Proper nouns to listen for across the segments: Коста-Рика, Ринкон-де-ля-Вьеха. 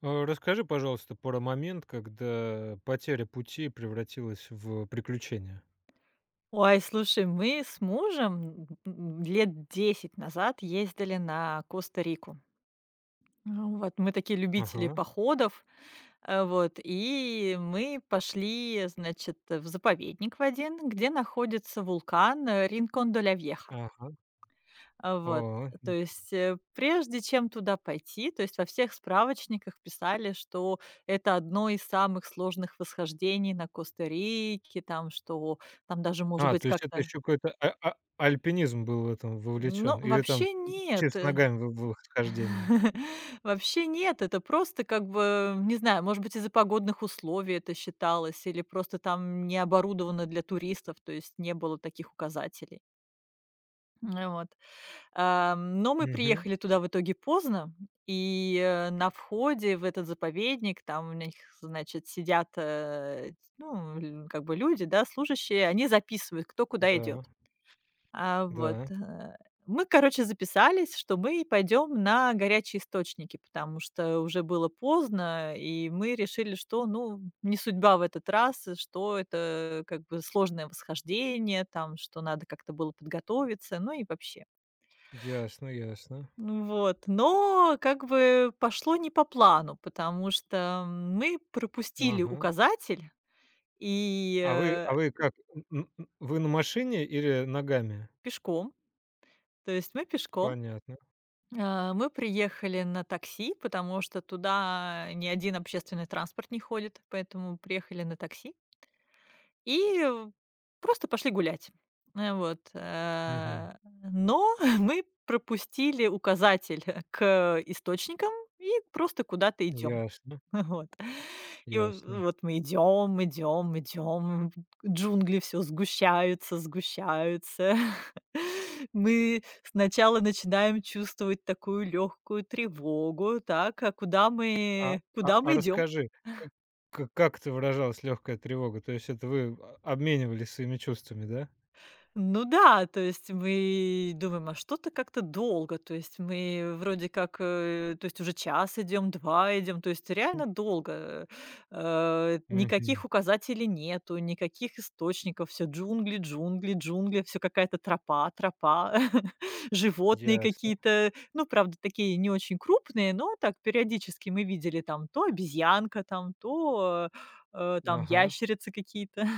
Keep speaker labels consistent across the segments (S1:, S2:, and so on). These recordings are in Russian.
S1: А, расскажи, пожалуйста, про момент, когда потеря пути превратилась в приключение.
S2: Ой, слушай, мы с мужем лет 10 назад ездили на Коста-Рику. Ну, вот мы такие любители
S1: Ага,
S2: походов, вот, и мы пошли, значит, в заповедник в один, где находится вулкан Ринкон-де-ля-Вьеха.
S1: ага.
S2: А, вот,
S1: О.
S2: то есть прежде чем туда пойти, то есть во всех справочниках писали, что это одно из самых сложных восхождений на Коста-Рике, там, что там даже может
S1: А,
S2: быть
S1: то есть это
S2: как-то.
S1: еще какой-то альпинизм был в этом
S2: Ну,
S1: вовлечен или там
S2: вообще нет.
S1: чисто ногами в было хождение?
S2: Вообще нет. Это просто как бы, не знаю, может быть, из-за погодных условий это считалось, или просто там не оборудовано для туристов, то есть не было таких указателей. Вот. Но мы
S1: Мгм.
S2: приехали туда в итоге поздно, и, на входе в этот заповедник там у них, значит, сидят, ну, ль как бы люди, да, служащие, они записывают, кто куда идет.
S1: Да,
S2: А, вот.
S1: да.
S2: Мы, короче, записались, что мы пойдем на горячие источники, потому что уже было поздно, и мы решили, что, ну, не судьба в этот раз, и что это как бы сложное восхождение, там, что надо как-то было подготовиться, ну и вообще.
S1: Ясно, ясно.
S2: Ну вот, но как бы пошло не по плану, потому что мы пропустили
S1: Ага.
S2: указатель и,
S1: А вы как, н н н вы на машине или ногами?
S2: пешком, то есть мы пешком.
S1: Понятно.
S2: А, мы приехали на такси, потому что туда ни один общественный транспорт не ходит, поэтому приехали на такси и, просто пошли гулять. Вот,
S1: Мгм.
S2: но мы пропустили указатель к источникам и просто куда-то идем.
S1: Ясно,
S2: Вот. И в
S1: ясно.
S2: вот мы идем, идем, идем, джунгли все сгущаются, сгущаются. Мы сначала начинаем чувствовать такую легкую тревогу, так, а куда
S1: А
S2: мы куда мы идем?
S1: расскажи, как к как это выражалась легкая тревога? То есть это вы обменивались своими чувствами, да?
S2: Ну да, то есть мы думаем, а что-то как-то долго, то есть мы вроде как, то есть уже час идем, 2 идем, то есть реально долго. Никаких
S1: Мгм.
S2: указателей нету, никаких источников, все джунгли, джунгли, джунгли, все какая-то тропа, тропа, животные
S1: Ясно.
S2: какие-то, ну, правда, такие не очень крупные, но так периодически мы видели там то обезьянка, там то, там
S1: Ага.
S2: ящерицы какие-то.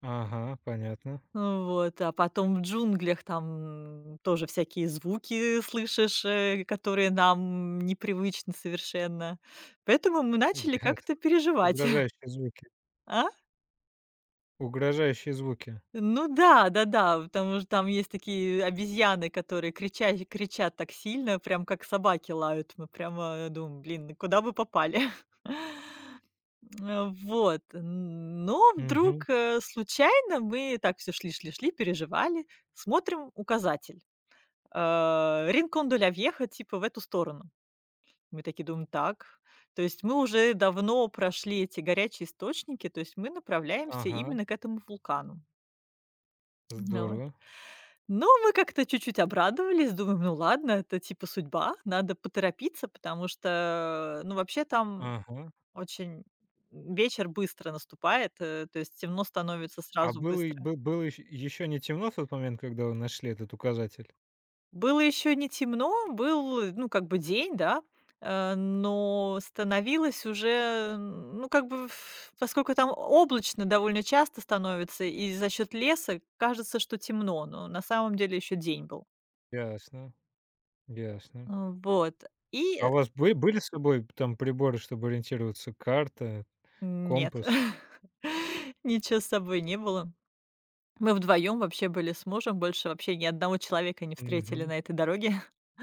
S1: Ага, понятно.
S2: Вот, а потом в джунглях там тоже всякие звуки слышишь, которые нам непривычны совершенно. Поэтому мы начали как-то
S1: Ясно.
S2: переживать.
S1: Угрожающие звуки.
S2: А?
S1: Угрожающие звуки.
S2: Ну да, да-да, потому что там есть такие обезьяны, которые кричат, кричат так сильно, прям как собаки лают. Мы прямо думаем: "Блин, куда мы попали?" Вот, но
S1: Мгм.
S2: вдруг, случайно мы так все шли, переживали, смотрим указатель. А, "Ринкон де ля Вьеха", типа в эту сторону. Мы такие думаем: "Так". То есть мы уже давно прошли эти горячие источники, то есть мы направляемся
S1: Ага.
S2: именно к этому вулкану. Ну вот.
S1: Здорово.
S2: Но мы как-то чуть-чуть обрадовались, думаем: "Ну ладно, это типа судьба, надо поторопиться", потому что, ну, вообще там
S1: Ага.
S2: очень вечер быстро наступает, то есть темно становится
S1: А
S2: сразу
S1: было и
S2: быстро.
S1: бы было еще не темно в тот момент, когда вы нашли этот указатель?
S2: Было еще не темно, был, ну, как бы день, да, но становилось уже, ну, как бы, поскольку там облачно довольно часто становится, и за счет леса кажется, что темно, но на самом деле еще день был.
S1: Ясно, ясно.
S2: А, вот. И
S1: А
S2: э,
S1: у вас бы были с собой там приборы, чтобы ориентироваться? Карта,
S2: нет,
S1: компас?
S2: ничего с собой не было. Мы вдвоем вообще были с мужем, больше вообще ни одного человека не встретили
S1: Мгм.
S2: на этой дороге.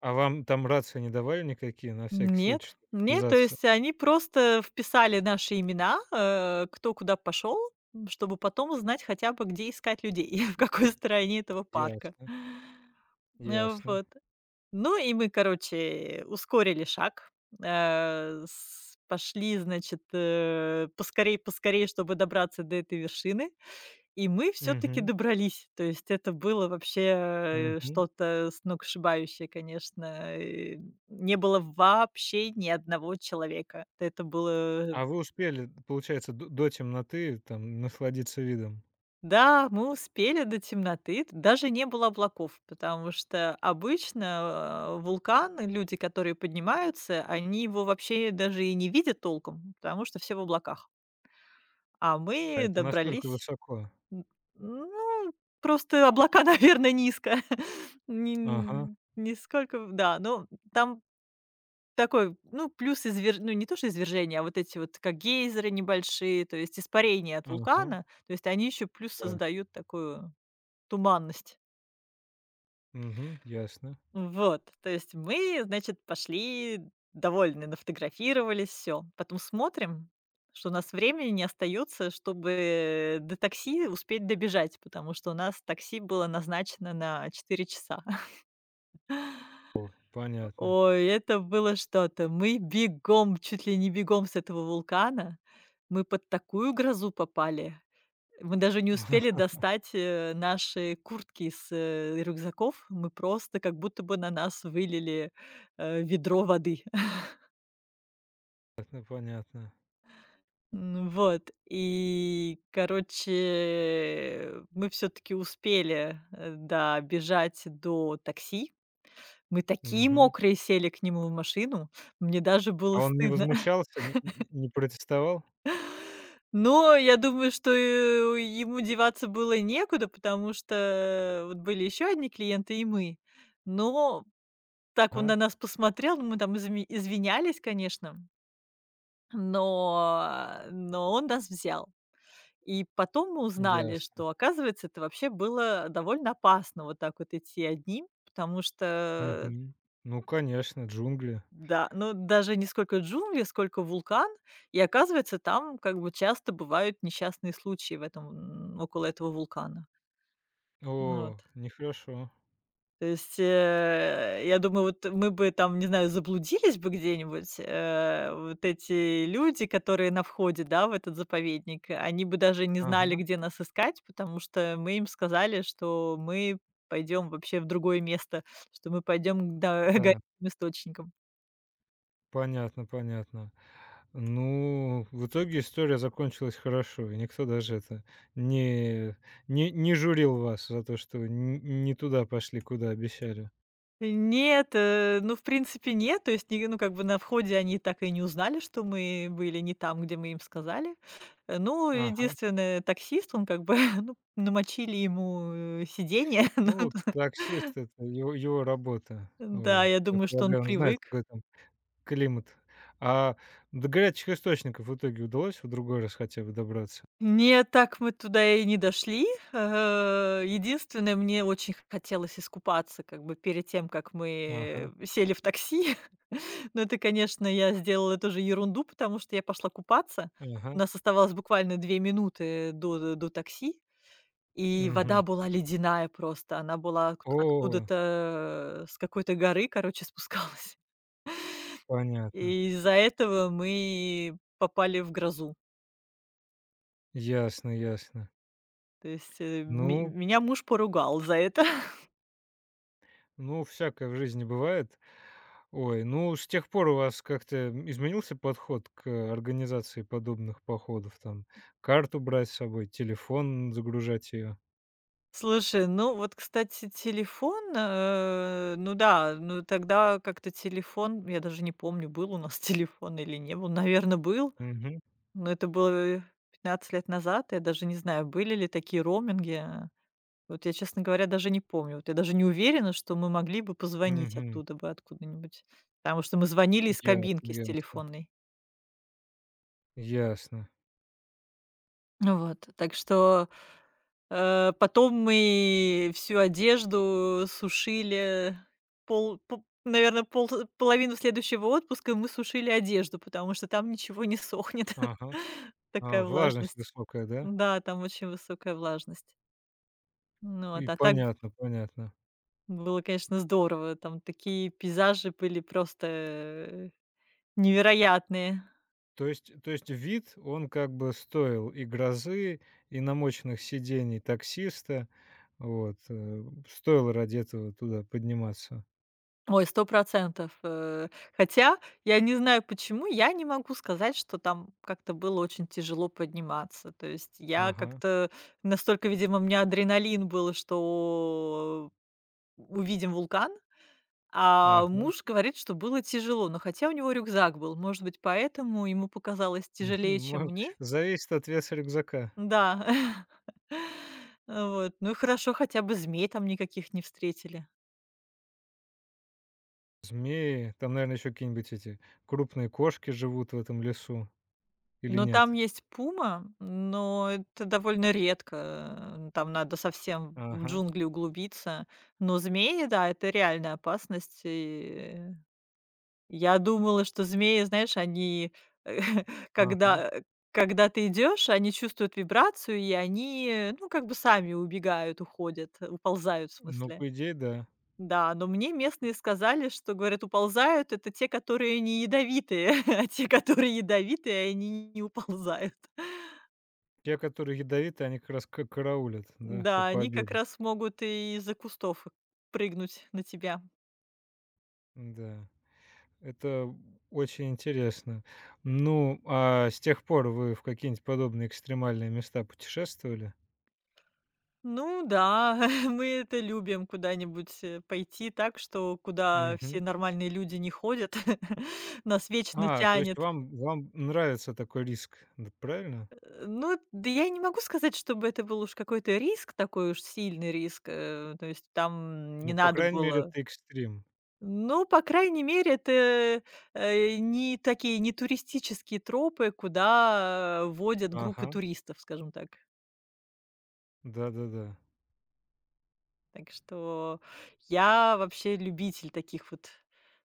S1: А вам там рации не давали никакие, на всякий случай,
S2: Нет,
S1: чтобы
S2: нет, то
S1: связаться?
S2: есть они просто вписали наши имена, кто куда пошел, чтобы потом узнать хотя бы, где искать людей, в какой стороне этого парка.
S1: Ясно, ясно.
S2: Вот. Ну и мы, короче, ускорили шаг, э, с пошли, значит, поскорей поскорей, чтобы добраться до этой вершины. И мы все таки
S1: Мгм,
S2: добрались. То есть это было вообще,
S1: мгм.
S2: что-то сногсшибающее, конечно. И не было вообще ни одного человека. Это было.
S1: А вы успели, получается, до темноты там насладиться видом?
S2: Да, мы успели до темноты. Даже не было облаков, потому что обычно, вулкан, люди, которые поднимаются, они его вообще даже и не видят толком, потому что все в облаках. А
S1: А
S2: мы
S1: это настолько
S2: добрались.
S1: высоко.
S2: М, ну, просто облака, наверное, низко. Не
S1: Ага,
S2: н нисколько, да, но там такой, ну, плюс извер ну, не то, что извержение, а вот эти вот как гейзеры небольшие, то есть испарение от
S1: ага,
S2: вулкана. То есть они еще плюс
S1: да.
S2: создают такую туманность.
S1: Мгм, ясно.
S2: Вот, то есть мы, значит, пошли довольны, нафотографировались, все. Потом смотрим, что у нас времени не остаётся, чтобы до такси успеть добежать, потому что у нас такси было назначено на 4 часа.
S1: О, понятно.
S2: Ой, это было что-то. Мы бегом, чуть ли не бегом с этого вулкана. Мы под такую грозу попали. Мы даже не успели достать, наши куртки из, рюкзаков. Мы просто как будто бы на нас вылили, ведро воды.
S1: Понятно, понятно.
S2: Н вот, и, короче, мы все таки успели, добежать до такси. Мы такие
S1: Мгм.
S2: мокрые сели к нему в машину, мне даже
S1: А
S2: было
S1: он не
S2: стыдно.
S1: возмущался, не протестовал?
S2: Но я думаю, что, ему деваться было некуда, потому что вот были еще одни клиенты и мы. Но. Так он
S1: Ага,
S2: на нас посмотрел, мы там извинялись, конечно, но он нас взял. И потом мы узнали,
S1: ясно.
S2: что, оказывается, это вообще было довольно опасно вот так вот идти одним, потому что,
S1: Мгм. Ну, конечно, джунгли.
S2: да, ну, даже не сколько джунгли, сколько вулкан, и, оказывается, там как бы часто бывают несчастные случаи в этом, около этого вулкана. Ну
S1: О,
S2: вот.
S1: нехорошо.
S2: То есть, я думаю, вот мы бы там, не знаю, заблудились бы где-нибудь, вот эти люди, которые на входе, да, в этот заповедник, они бы даже не знали,
S1: Ага,
S2: где нас искать, потому что мы им сказали, что мы пойдем вообще в другое место, что мы пойдем к да горячим
S1: да.
S2: источникам.
S1: Понятно, понятно. Ну, в итоге история закончилась хорошо, и никто даже это не журил вас за то, что н не туда пошли, куда обещали.
S2: Нет, ну, в принципе, нет. То есть, ни ну, как бы на входе они так и не узнали, что мы были не там, где мы им сказали. Ну,
S1: Ага.
S2: единственное, таксист, он как бы, ну, намочили ему, сиденье.
S1: Ну, таксист — это его работа.
S2: Ну да,
S1: Вот.
S2: я
S1: Я
S2: думаю, что он
S1: полагаю, он знает,
S2: привык.
S1: какой там климат. А до горячих источников в итоге удалось в другой раз хотя бы добраться?
S2: Не так мы туда и не дошли. Единственное, мне очень хотелось искупаться как бы перед тем, как
S1: Ага,
S2: мы сели в такси. Но это, конечно, я сделала тоже ерунду, потому что я пошла купаться. У
S1: ага.
S2: нас оставалось буквально 2 минуты до такси, и вода
S1: Мгм.
S2: была ледяная просто. Она была отк
S1: О,
S2: откуда-то с какой-то горы, короче, спускалась.
S1: понятно.
S2: И из-за этого мы попали в грозу.
S1: Ясно, ясно.
S2: То есть, ме
S1: Ну
S2: меня муж поругал за это.
S1: Ну, всякое в жизни бывает. Ой, ну, с тех пор у вас как-то изменился подход к э, организации подобных походов? Там карту брать с собой, телефон загружать ее?
S2: Слушай, ну вот, кстати, телефон, ну да, ну тогда как-то телефон, я даже не помню, был у нас телефон или не был, наверное, был,
S1: Мгм,
S2: но это было 15 лет назад, я даже не знаю, были ли такие роуминги. Вот я, честно говоря, даже не помню. Вот я даже не уверена, что мы могли бы позвонить
S1: мгм.
S2: оттуда бы откуда-нибудь, потому что мы звонили из кабинки
S1: Ясно,
S2: с
S1: ясно.
S2: телефонной.
S1: Ясно.
S2: Ну вот, так что, потом мы всю одежду сушили пол по пол половину следующего отпуска мы сушили одежду, потому что там ничего не сохнет.
S1: Ага. А,
S2: Такая
S1: влажность
S2: влажность.
S1: высокая, да?
S2: Да, там очень высокая влажность. Ну вот,
S1: И
S2: а так
S1: понятно, понятно.
S2: было, конечно, здорово. Там такие пейзажи были просто, невероятные.
S1: То есть вид, он как бы стоил и грозы, и намоченных сидений таксиста. Вот, э, стоило ради этого туда подниматься.
S2: Ой, 100. Э, Хотя я не знаю, почему я не могу сказать, что там как-то было очень тяжело подниматься. То есть я
S1: Ага.
S2: как-то настолько, видимо, у меня адреналин был, что увидим вулкан, а
S1: Ага, мгм,
S2: муж говорит, что было тяжело. Но хотя у него рюкзак был, может быть, поэтому ему показалось тяжелее, чем
S1: мо
S2: мне.
S1: зависит от веса рюкзака.
S2: Да. Вот. Ну и хорошо, хотя бы змей там никаких не встретили.
S1: Змеи, там, наверное, еще какие-нибудь эти крупные кошки живут в этом лесу или
S2: Ну,
S1: нет?
S2: там есть пума, но это довольно редко. Там надо совсем в
S1: Ага,
S2: джунгли углубиться. Но змеи, да, это реальная опасность. И я думала, что змеи, знаешь, они,
S1: ага.
S2: когда, когда ты идешь, они чувствуют вибрацию, и они, ну, как бы сами убегают, уходят, уползают, в
S1: Ну,
S2: смысле.
S1: по идее, да.
S2: Да, но мне местные сказали, что, говорят, уползают это те, которые не ядовитые, а те, которые ядовитые, они не уползают.
S1: Те, которые ядовиты, они как раз ка караулят, да,
S2: Да,
S1: чтобы
S2: они как
S1: пообедать.
S2: раз могут и из-за кустов прыгнуть на тебя.
S1: Да, это очень интересно. Ну, а с тех пор вы в какие-нибудь подобные экстремальные места путешествовали?
S2: Ну да, мы это любим куда-нибудь, пойти так, что куда все
S1: Мгм.
S2: нормальные люди не ходят. Нас вечно
S1: А, то есть
S2: тянет.
S1: вам нравится такой риск, д правильно?
S2: Ну, да я не могу сказать, чтобы это был уж какой-то риск, такой уж сильный риск, то есть там не
S1: Ну, по
S2: надо
S1: крайней мере,
S2: было.
S1: это экстрим.
S2: Ну, по крайней мере, это, не такие, не туристические тропы, куда водят группы
S1: Ага,
S2: туристов, скажем так.
S1: да-да-да.
S2: Так что я вообще любитель таких вот,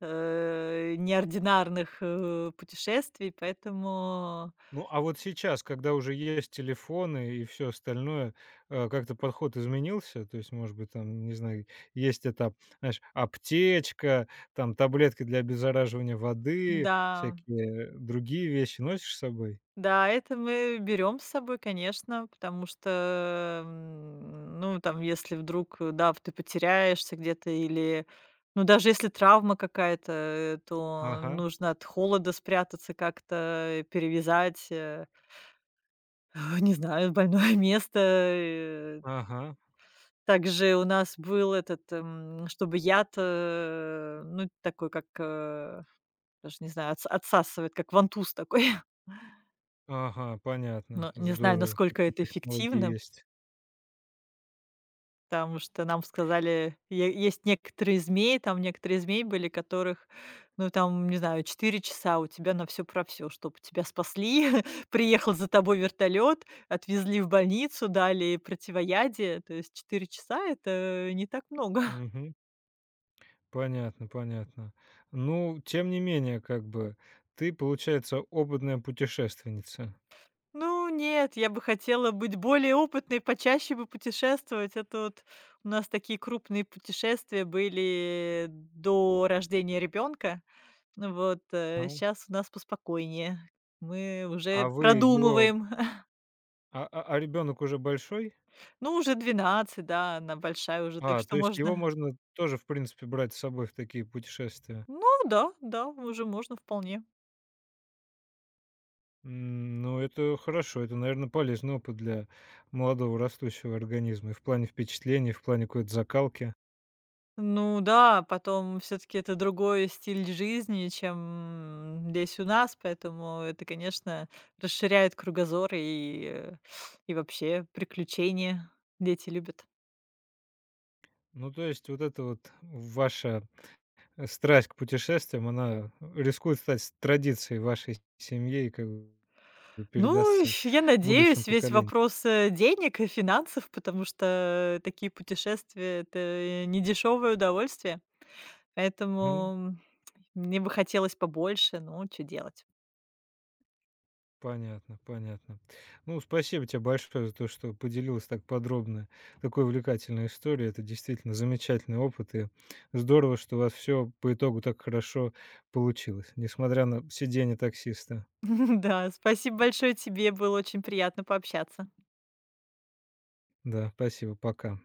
S2: неординарных, путешествий, поэтому
S1: Ну, а вот сейчас, когда уже есть телефоны и все остальное, э, как-то подход изменился? То есть, может быть, там, не знаю, есть этап, знаешь, аптечка, там таблетки для обеззараживания воды,
S2: да,
S1: всякие другие вещи носишь с собой?
S2: да, это мы берем с собой, конечно, потому что, ну, там, если вдруг, да, ты потеряешься где-то или, ну, даже если травма какая-то, то
S1: Ага,
S2: нужно от холода спрятаться как-то, перевязать, не знаю, больное место,
S1: ага,
S2: также у нас был этот, чтобы яд, ну, такой, как, даже не знаю, отсасывает, как вантуз такой.
S1: ага, понятно.
S2: Но не знаю,
S1: Здорово,
S2: насколько
S1: какие
S2: это
S1: технологии
S2: эффективно,
S1: есть.
S2: потому что нам сказали, е есть некоторые змеи, там некоторые змеи были, которых, ну, там, не знаю, 4 часа у тебя на все про все, чтобы тебя спасли. Приехал за тобой вертолет, отвезли в больницу, дали противоядие. То есть 4 часа- это не так много.
S1: Мгм. Понятно, понятно. Ну, тем не менее, как бы, ты, получается, опытная путешественница.
S2: Ну нет, я бы хотела быть более опытной, почаще бы путешествовать. Это вот у нас такие крупные путешествия были до рождения ребенка. Ну вот
S1: А.
S2: сейчас у нас поспокойнее. Мы уже
S1: А вы его
S2: продумываем.
S1: ребенок уже большой?
S2: Ну, уже 12, да, она большая уже, так
S1: А,
S2: что
S1: то есть его
S2: можно.
S1: можно тоже, в принципе, брать с собой в такие путешествия.
S2: Ну да, да, уже можно вполне.
S1: М, ну, это хорошо. Это, наверное, полезный опыт для молодого растущего организма и в плане впечатлений, и в плане какой-то закалки.
S2: Ну да, потом все таки это другой стиль жизни, чем здесь у нас, поэтому это, конечно, расширяет кругозор и вообще приключения дети любят.
S1: Ну, то есть вот эта вот ваша э, страсть к путешествиям, она рискует стать с традицией вашей семьи и как бы
S2: Ну,
S1: передастся
S2: я
S1: будущим
S2: надеюсь, весь
S1: поколениям.
S2: вопрос, денег и финансов, потому что такие путешествия- это недешёвое удовольствие. Поэтому мне бы хотелось побольше, но что делать.
S1: Понятно, понятно. Ну, спасибо тебе большое за то, что поделилась так подробно такой увлекательной историей. Это действительно замечательный опыт, и здорово, что у вас все по итогу так хорошо получилось, несмотря на сидение таксиста.
S2: Да, спасибо большое тебе, было очень приятно пообщаться.
S1: Да, спасибо, пока.